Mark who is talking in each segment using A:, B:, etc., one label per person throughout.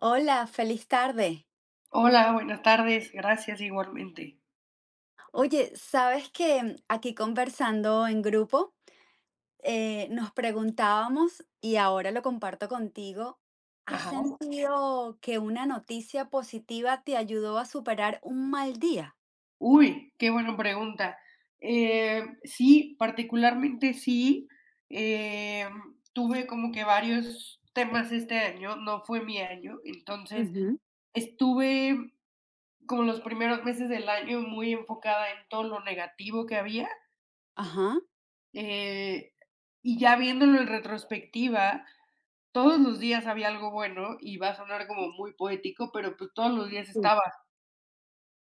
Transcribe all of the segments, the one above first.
A: Hola, feliz tarde.
B: Hola, buenas tardes, gracias igualmente.
A: Oye, sabes que aquí conversando en grupo, nos preguntábamos, y ahora lo comparto contigo, ¿has
B: Ajá.
A: sentido que una noticia positiva te ayudó a superar un mal día?
B: Uy, qué buena pregunta. Sí, particularmente sí, tuve como que varios temas este año, no fue mi año, entonces
A: Ujú.
B: estuve como los primeros meses del año muy enfocada en todo lo negativo que había,
A: Ajá.
B: eh, y ya viéndolo en retrospectiva, todos los días había algo bueno y va a sonar como muy poético, pero pues todos los días
A: Sí,
B: estaba,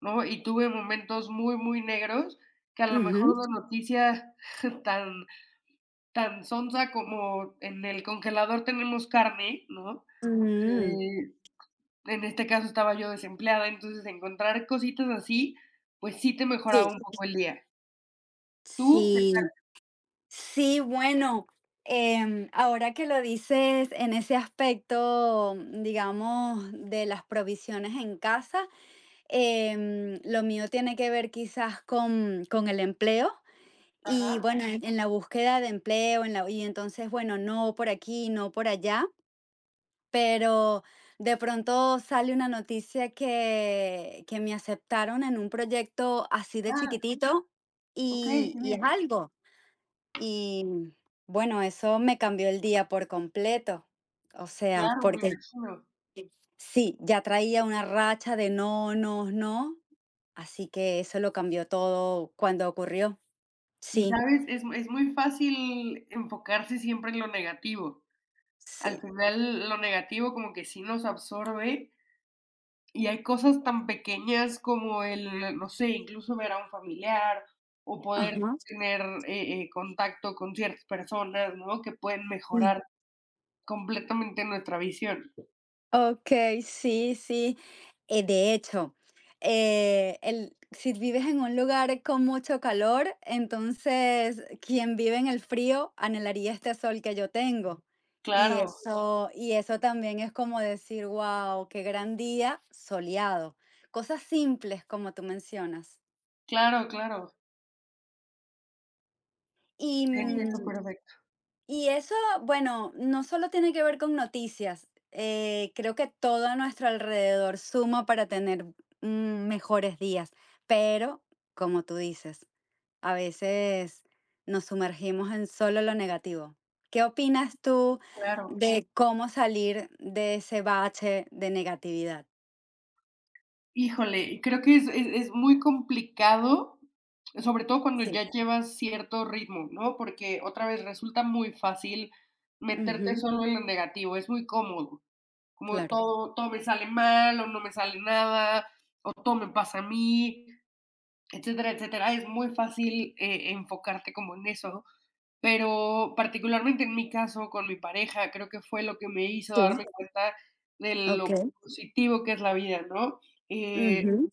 B: ¿no? Y tuve momentos muy, muy negros que a lo mejor
A: ujú,
B: una noticia tan sonsa como en el congelador tenemos carne, ¿no?
A: mm,
B: Eh, en este caso estaba yo desempleada, entonces encontrar cositas así, pues sí te
A: sí,
B: mejoraba un poco el día. Tú que,
A: sí, sí, bueno, ahora que lo dices en ese aspecto, digamos, de las provisiones en casa. Lo mío tiene que ver quizás con el empleo y
B: ajá,
A: bueno, en la búsqueda de empleo, en la, y entonces, bueno, no por aquí, no por allá, pero de pronto sale una noticia que me aceptaron en un proyecto así de
B: ah,
A: chiquitito
B: okey, qué
A: y es
B: bien.
A: algo. Y bueno, eso me cambió el día por completo. O sea,
B: Claro, me
A: porque
B: imagino.
A: sí, ya traía una racha de no, no, no, así que eso lo cambió todo cuando ocurrió.
B: Y,
A: Sí,
B: ¿sabes? Es muy fácil enfocarse siempre en lo negativo. Al
A: sí.
B: final, lo negativo como que sí nos absorbe. Y hay cosas tan pequeñas como el, no sé, incluso ver a un familiar o poder
A: Ajá.
B: tener, contacto con ciertas personas, ¿no?, que pueden
A: Mm.
B: mejorar completamente nuestra visión.
A: Okey, sí, sí. De hecho, el si vives en un lugar con mucho calor, entonces quien vive en el frío anhelaría este sol que yo tengo.
B: Claro,
A: Y eso también es como decir: "Guau, qué gran día soleado". Cosas simples, como tú mencionas.
B: claro, claro.
A: Y,
B: Entiendo
A: mm,
B: perfecto,
A: y eso, bueno, no solo tiene que ver con noticias, creo que todo a nuestro alrededor suma para tener mm, mejores días, pero como tú dices, a veces nos sumergimos en solo lo negativo. ¿Qué opinas tú
B: claro.
A: de cómo salir de ese bache de negatividad?
B: Híjole, y creo que es muy complicado, sobre todo cuando
A: Sí,
B: ya llevas cierto ritmo, ¿no? Porque otra vez resulta muy fácil meterte
A: ujú,
B: solo en lo negativo, es muy cómodo. Como
A: claro,
B: todo, todo me sale mal o no me sale nada, o todo me pasa a mí, etcétera, etcétera. Es muy fácil enfocarte como en eso, pero particularmente en mi caso con mi pareja, creo que fue lo que me hizo
A: sí.
B: darme cuenta de
A: Ok,
B: lo positivo que es la vida, ¿no? Eh,
A: ujú,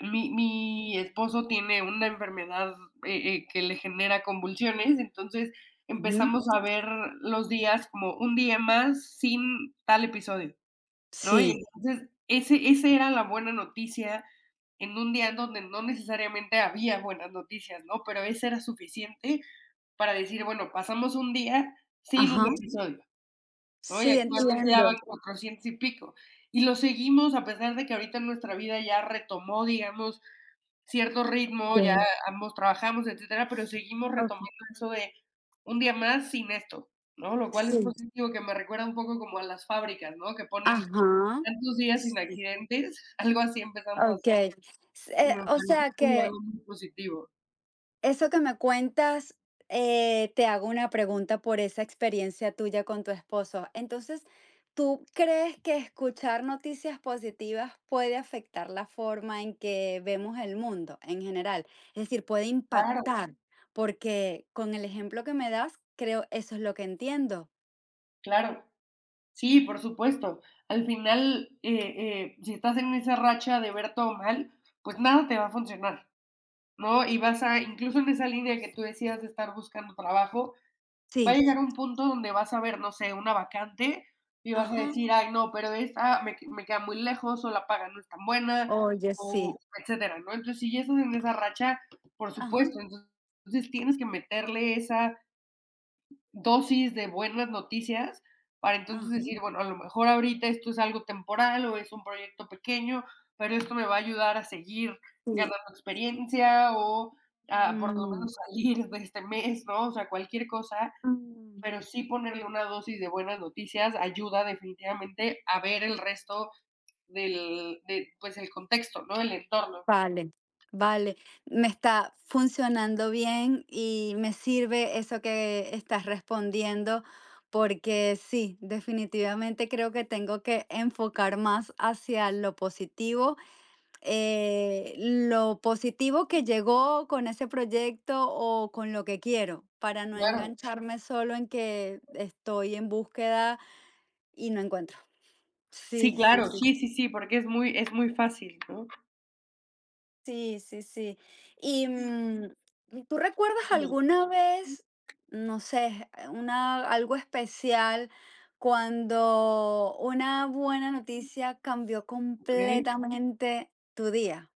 B: mi esposo tiene una enfermedad que le genera convulsiones, entonces
A: ujú,
B: empezamos a ver los días como un día más sin tal episodio. ¿No? Y
A: sí.
B: entonces, ese era la buena noticia en un día en donde no necesariamente había buenas noticias, ¿no? Pero ese era suficiente para decir, bueno, pasamos un día sin un
A: Ajá.
B: episodio, ¿no? Y
A: Sí,
B: actualmente ya
A: entiendo.
B: van 400 y pico. Y lo seguimos a pesar de que ahorita nuestra vida ya retomó, digamos, cierto ritmo,
A: Sí.
B: ya ambos trabajamos, etcétera, pero seguimos retomando eso de un día más sin esto, ¿no? Lo cual es
A: Sí,
B: positivo, que me recuerda un poco como a las fábricas, ¿no?, que ponen
A: ajá,
B: tantos días sin accidentes, algo así empezamos a hacer,
A: okey. S
B: y me
A: o
B: pareció
A: sea
B: como
A: que
B: algo muy positivo.
A: eso que me cuentas, te hago una pregunta por esa experiencia tuya con tu esposo. Entonces, ¿tú crees que escuchar noticias positivas puede afectar la forma en que vemos el mundo en general? Es decir, puede
B: Claro,
A: impactar, porque con el ejemplo que me das, creo eso es lo que entiendo.
B: claro. Sí, por supuesto. Al final, si estás en esa racha de ver todo mal, pues nada te va a funcionar, ¿no? Y vas a, incluso en esa línea que tú decías de estar buscando trabajo, va a
A: Sí,
B: llegar un punto donde vas a ver, no sé, una vacante y vas a
A: ajá.
B: decir: "Ay, no, pero esta me queda muy lejos, o la paga no es tan buena",
A: Oye,
B: o
A: sí.
B: etcétera, ¿no? Entonces, si ya estás en esa racha, por
A: Ajá,
B: supuesto, entonces tienes que meterle esa dosis de buenas noticias para entonces
A: ajá,
B: decir: "Bueno, a lo mejor ahorita esto es algo temporal o es un proyecto pequeño, pero esto me va a ayudar a seguir
A: sí.
B: ganando experiencia o a por lo
A: Mm,
B: menos salir de este mes", ¿no? O sea, cualquier cosa,
A: mm.
B: pero sí ponerle una dosis de buenas noticias ayuda definitivamente a ver el resto del, de, pues, el contexto, ¿no? El entorno.
A: Vale, vale. Me está funcionando bien y me sirve eso que estás respondiendo porque sí, definitivamente creo que tengo que enfocar más hacia lo positivo. Lo positivo que llegó con ese proyecto o con lo que quiero, para no
B: Claro.
A: engancharme solo en que estoy en búsqueda y no encuentro.
B: Sí,
A: Sí, sí,
B: claro,
A: sí.
B: sí, sí, sí, porque es muy fácil, ¿no?
A: Sí, sí, sí. Y, mm, ¿tú recuerdas
B: Bien.
A: alguna vez, no sé, una, algo especial cuando una buena noticia cambió
B: Okey,
A: completamente tu día?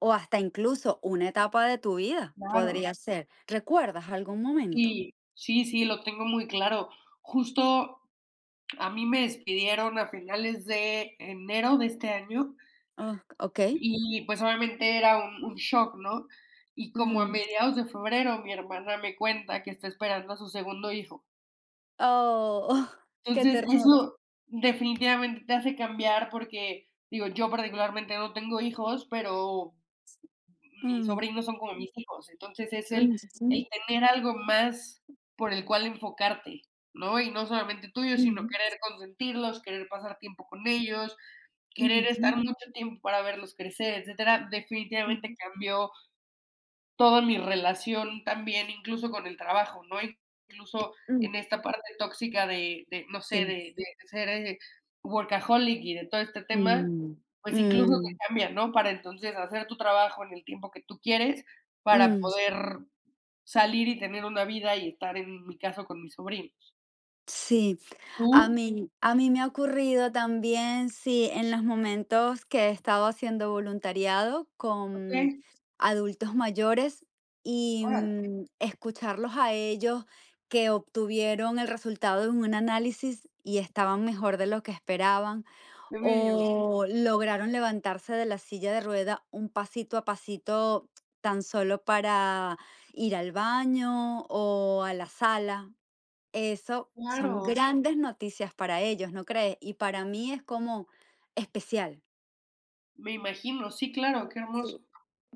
A: O hasta incluso una etapa de tu vida
B: claro.
A: podría ser. ¿Recuerdas algún momento?
B: Sí, sí, sí, lo tengo muy claro. Justo a mí me despidieron a finales de enero de este año.
A: Oh, ok.
B: Y, pues, obviamente era un shock, ¿no? Y como a
A: Mm.
B: mediados de febrero, mi hermana me cuenta que está esperando a su segundo hijo.
A: Oh, qué
B: Entonces,
A: ternura.
B: eso definitivamente te hace cambiar porque, digo, yo particularmente no tengo hijos, pero mis
A: Mm,
B: sobrinos son como mis hijos. Entonces, es el
A: mm, mm,
B: el tener algo más por el cual enfocarte, ¿no? Y no solamente tuyo, sino
A: mm,
B: querer consentirlos, querer pasar tiempo con ellos, querer estar
A: mm,
B: mucho tiempo para verlos crecer, etcétera. Definitivamente
A: mm,
B: cambió toda mi relación también, incluso con el trabajo, ¿no? Incluso
A: mm,
B: en esta parte tóxica de, no sé,
A: sí.
B: de ser, workaholic y de todo este tema,
A: Mm,
B: pues incluso te
A: mm,
B: cambian, ¿no? Para entonces hacer tu trabajo en el tiempo que tú quieres, para
A: mm,
B: poder salir y tener una vida y estar, en mi caso, con mi sobrino.
A: sí, a
B: ¿Tú?
A: mí, a mí me ha ocurrido también, sí, en los momentos que he estado haciendo voluntariado
B: Okey,
A: con adultos mayores y
B: órale,
A: mm, escucharlos a ellos que obtuvieron el resultado de un análisis y estaban mejor de lo que esperaban.
B: qué bello.
A: O lograron levantarse de la silla de rueda un pasito a pasito tan solo para ir al baño o a la sala. Eso son
B: Claro,
A: grandes noticias para ellos, ¿no crees? Y para mí es como especial.
B: me imagino, sí, claro, qué
A: Sí.
B: hermoso.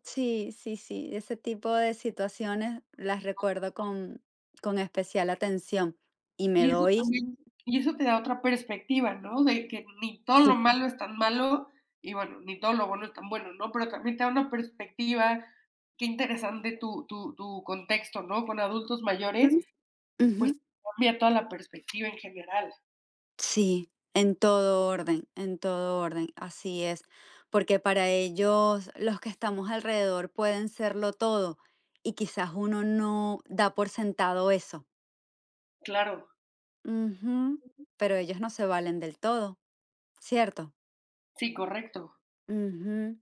A: Sí, sí, sí, ese tipo de situaciones las recuerdo con especial atención y me
B: Y eso
A: doy.
B: también, y eso te da otra perspectiva, ¿no? De que ni todo lo
A: Sí.
B: malo es tan malo y, bueno, ni todo lo bueno es tan bueno, ¿no? Pero también te da una perspectiva, qué interesante tu contexto, ¿no? Con adultos mayores,
A: Ujú. Ujú.
B: pues, cambia toda la perspectiva en general.
A: Sí, en todo orden, así es, porque para ellos los que estamos alrededor pueden serlo todo y quizás uno no da por sentado eso.
B: Claro,
A: Ujú, pero ellos no se valen del todo, ¿cierto?
B: sí, correcto.
A: Ujú.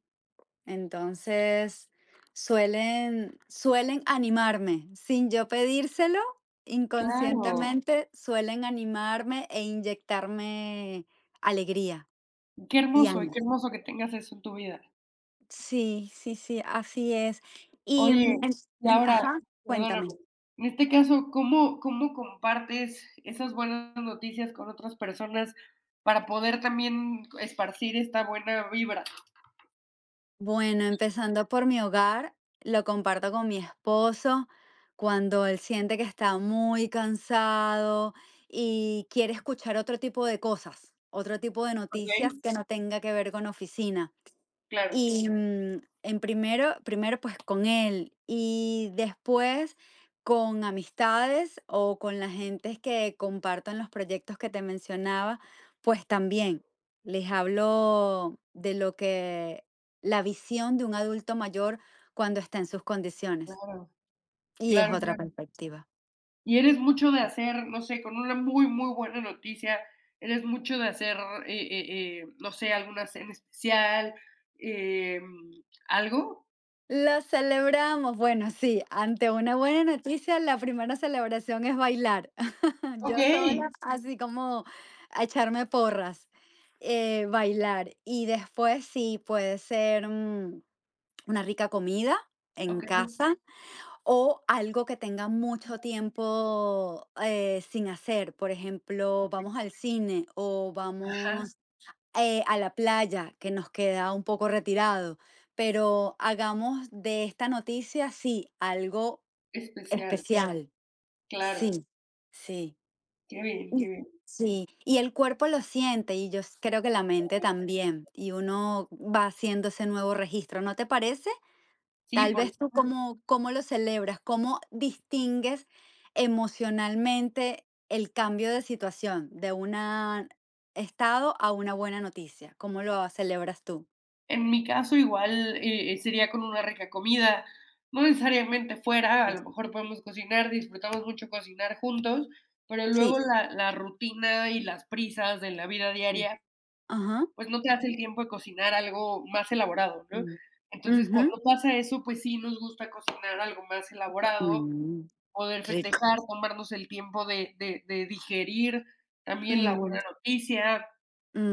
A: Entonces suelen animarme sin yo pedírselo,
B: Claro,
A: inconscientemente suelen animarme e inyectarme alegría
B: qué
A: y
B: hermoso, y
A: ánimo.
B: qué hermoso que tengas eso en tu vida.
A: Sí, sí, sí, así es. Y,
B: Oye,
A: mm,
B: y
A: en-
B: ahora,
A: ajá,
B: perdóname,
A: cuéntame.
B: en este caso, ¿cómo compartes esas buenas noticias con otras personas para poder también esparcir esta buena vibra?
A: Bueno, empezando por mi hogar, lo comparto con mi esposo cuando él siente que está muy cansado y quiere escuchar otro tipo de cosas, otro tipo de
B: ¿Ok?
A: noticias que no tenga que ver con oficina.
B: Claro,
A: Y, mm, en primero, pues, con él, y después con amistades o con las gentes que compartan los proyectos que te mencionaba, pues también les hablo de lo que la visión de un adulto mayor cuando está en sus condiciones,
B: claro,
A: y es
B: claro,
A: otra
B: claro.
A: perspectiva.
B: Y eres mucho de hacer, no sé, con una muy, muy buena noticia, eres mucho de hacer, no sé, alguna cena especial, em, ¿algo?
A: Lo celebramos, bueno, sí, ante una buena noticia, la primera celebración es bailar. Yo
B: Okey,
A: sola, así como a echarme porras, bailar. Y después sí, puede ser, mm, una rica comida en
B: okey,
A: casa o algo que tenga mucho tiempo, sin hacer. Por ejemplo,
B: okey.
A: vamos al cine o
B: Ajá,
A: vamos, a la playa, que nos queda un poco retirado, pero hagamos de esta noticia, sí, algo
B: especial,
A: especial. Especial.
B: claro.
A: Sí, sí.
B: Qué bien,
A: Mm,
B: qué bien.
A: sí, y el cuerpo lo siente, y yo s creo que la mente también, y uno va haciendo ese nuevo registro, ¿no te parece?
B: Sí,
A: Tal
B: por
A: vez tú,
B: supuesto.
A: ¿cómo cómo lo celebras? ¿Cómo distingues emocionalmente el cambio de situación, de un estado a una buena noticia? ¿Cómo lo celebras tú?
B: En mi caso, igual, sería con una rica comida, no necesariamente fuera, a lo mejor podemos cocinar, disfrutamos mucho cocinar juntos, pero
A: Sí.
B: luego la rutina y las prisas de la vida
A: Mm,
B: diaria,
A: ajá.
B: pues, no te das el tiempo de cocinar algo más elaborado, ¿no?
A: Mm.
B: Entonces,
A: Ujú.
B: cuando pasa eso, pues sí nos gusta cocinar algo más elaborado,
A: Mm,
B: poder
A: rico.
B: festejar, tomarnos el tiempo de digerir también la buena
A: Mm,
B: noticia.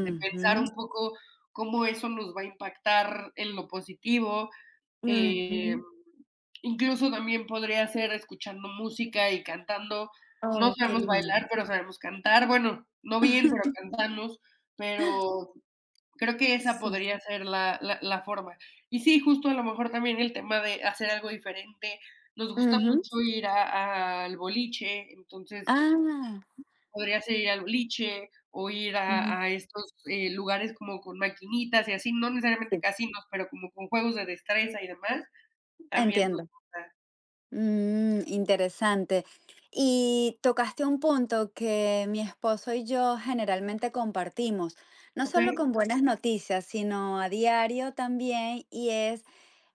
B: De pensar un poco cómo eso nos va a impactar en lo positivo, eh,
A: ujú.
B: incluso también podría ser escuchando música y cantando. No
A: Oh, qué
B: sabemos
A: lindo.
B: bailar, pero sabemos cantar. Bueno, no bien, pero cantamos, pero creo que esa podría ser la forma. Y sí, justo a lo mejor también el tema de hacer algo diferente. Nos gusta
A: Ujú.
B: mucho ir a al boliche, entonces
A: Ah,
B: podría ser ir al boliche o ir
A: ujú,
B: a estos, lugares como con maquinitas y así, no necesariamente
A: sí,
B: casinos, pero como con juegos de destreza y demás, también nos
A: entiendo.
B: gusta.
A: Mm, interesante. Y tocaste un punto que mi esposo y yo generalmente compartimos, no solo
B: Okey,
A: con buenas noticias, sino a diario también, y es,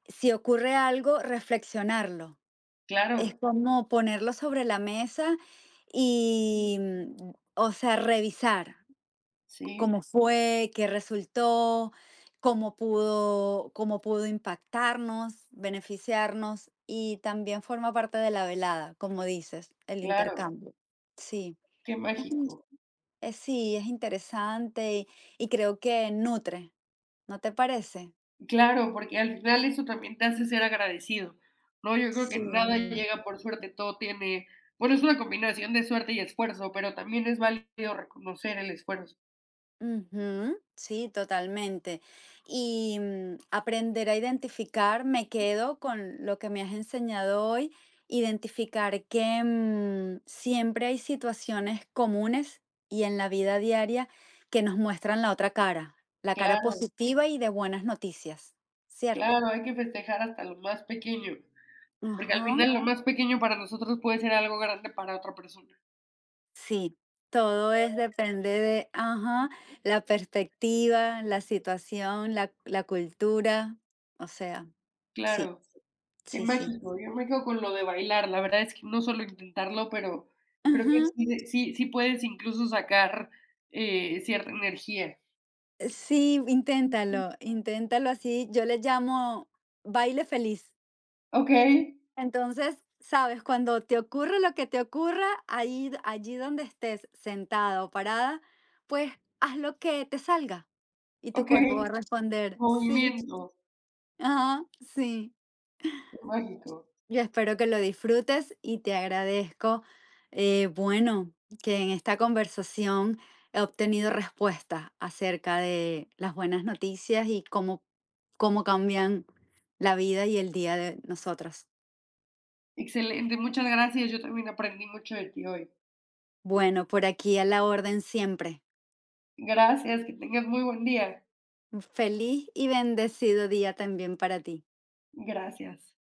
A: si ocurre algo, reflexionarlo. Es
B: claro,
A: como ponerlo sobre la mesa y, mm, o sea, revisar.
B: sí,
A: Cómo fue, qué resultó, cómo pudo impactarnos, beneficiarnos y también forma parte de la velada, como dices, el
B: claro,
A: intercambio. Sí,
B: qué
A: es, muy-
B: mágico.
A: es- sí, es interesante y creo que nutre, ¿no te parece?
B: Claro, porque al final eso también te hace ser agradecido, ¿no? Yo creo que nada
A: Sí.
B: llega por suerte, todo tiene, bueno, es una combinación de suerte y esfuerzo, pero también es válido reconocer el esfuerzo.
A: Ujú, sí, totalmente. Y mm, aprender a identificar, me quedo con lo que me has enseñado hoy, identificar que mm, siempre hay situaciones comunes y en la vida diaria que nos muestran la otra cara, la cara
B: Claro,
A: positiva y de buenas noticias, ¿cierto?
B: claro, hay que festejar hasta lo más pequeño. Porque al
A: Ajá,
B: final lo más pequeño para nosotros puede ser algo grande para otra persona.
A: sí, todo es depende de, ajá, la perspectiva, la situación, la cultura, o sea, sí.
B: Claro, qué
A: Sí, sí.
B: mágico. Yo me quedo con lo de bailar. La verdad es que no solo intentarlo, pero creo
A: Ajá.
B: que sí, sí, sí puedes incluso sacar cierta energía.
A: Sí, inténtalo, inténtalo así. Yo le llamo baile feliz.
B: Ok,
A: Entonces, sabes, cuando te ocurre lo que te ocurra, ahí, allí donde estés, sentada o parada, pues haz lo que te salga y tu
B: ok.
A: cuerpo va a responder. Sí,
B: Movimiento.
A: ajá, sí.
B: Qué mágico.
A: Yo espero que lo disfrutes y te agradezco, bueno, que en esta conversación he obtenido respuestas acerca de las buenas noticias y cómo, cómo cambian la vida y el día de nosotros.
B: Excelente. Muchas gracias. Yo también aprendí mucho de ti hoy.
A: Bueno, por aquí a la orden siempre.
B: Gracias. Que tengas muy buen día.
A: Un feliz y bendecido día también para ti.
B: Gracias.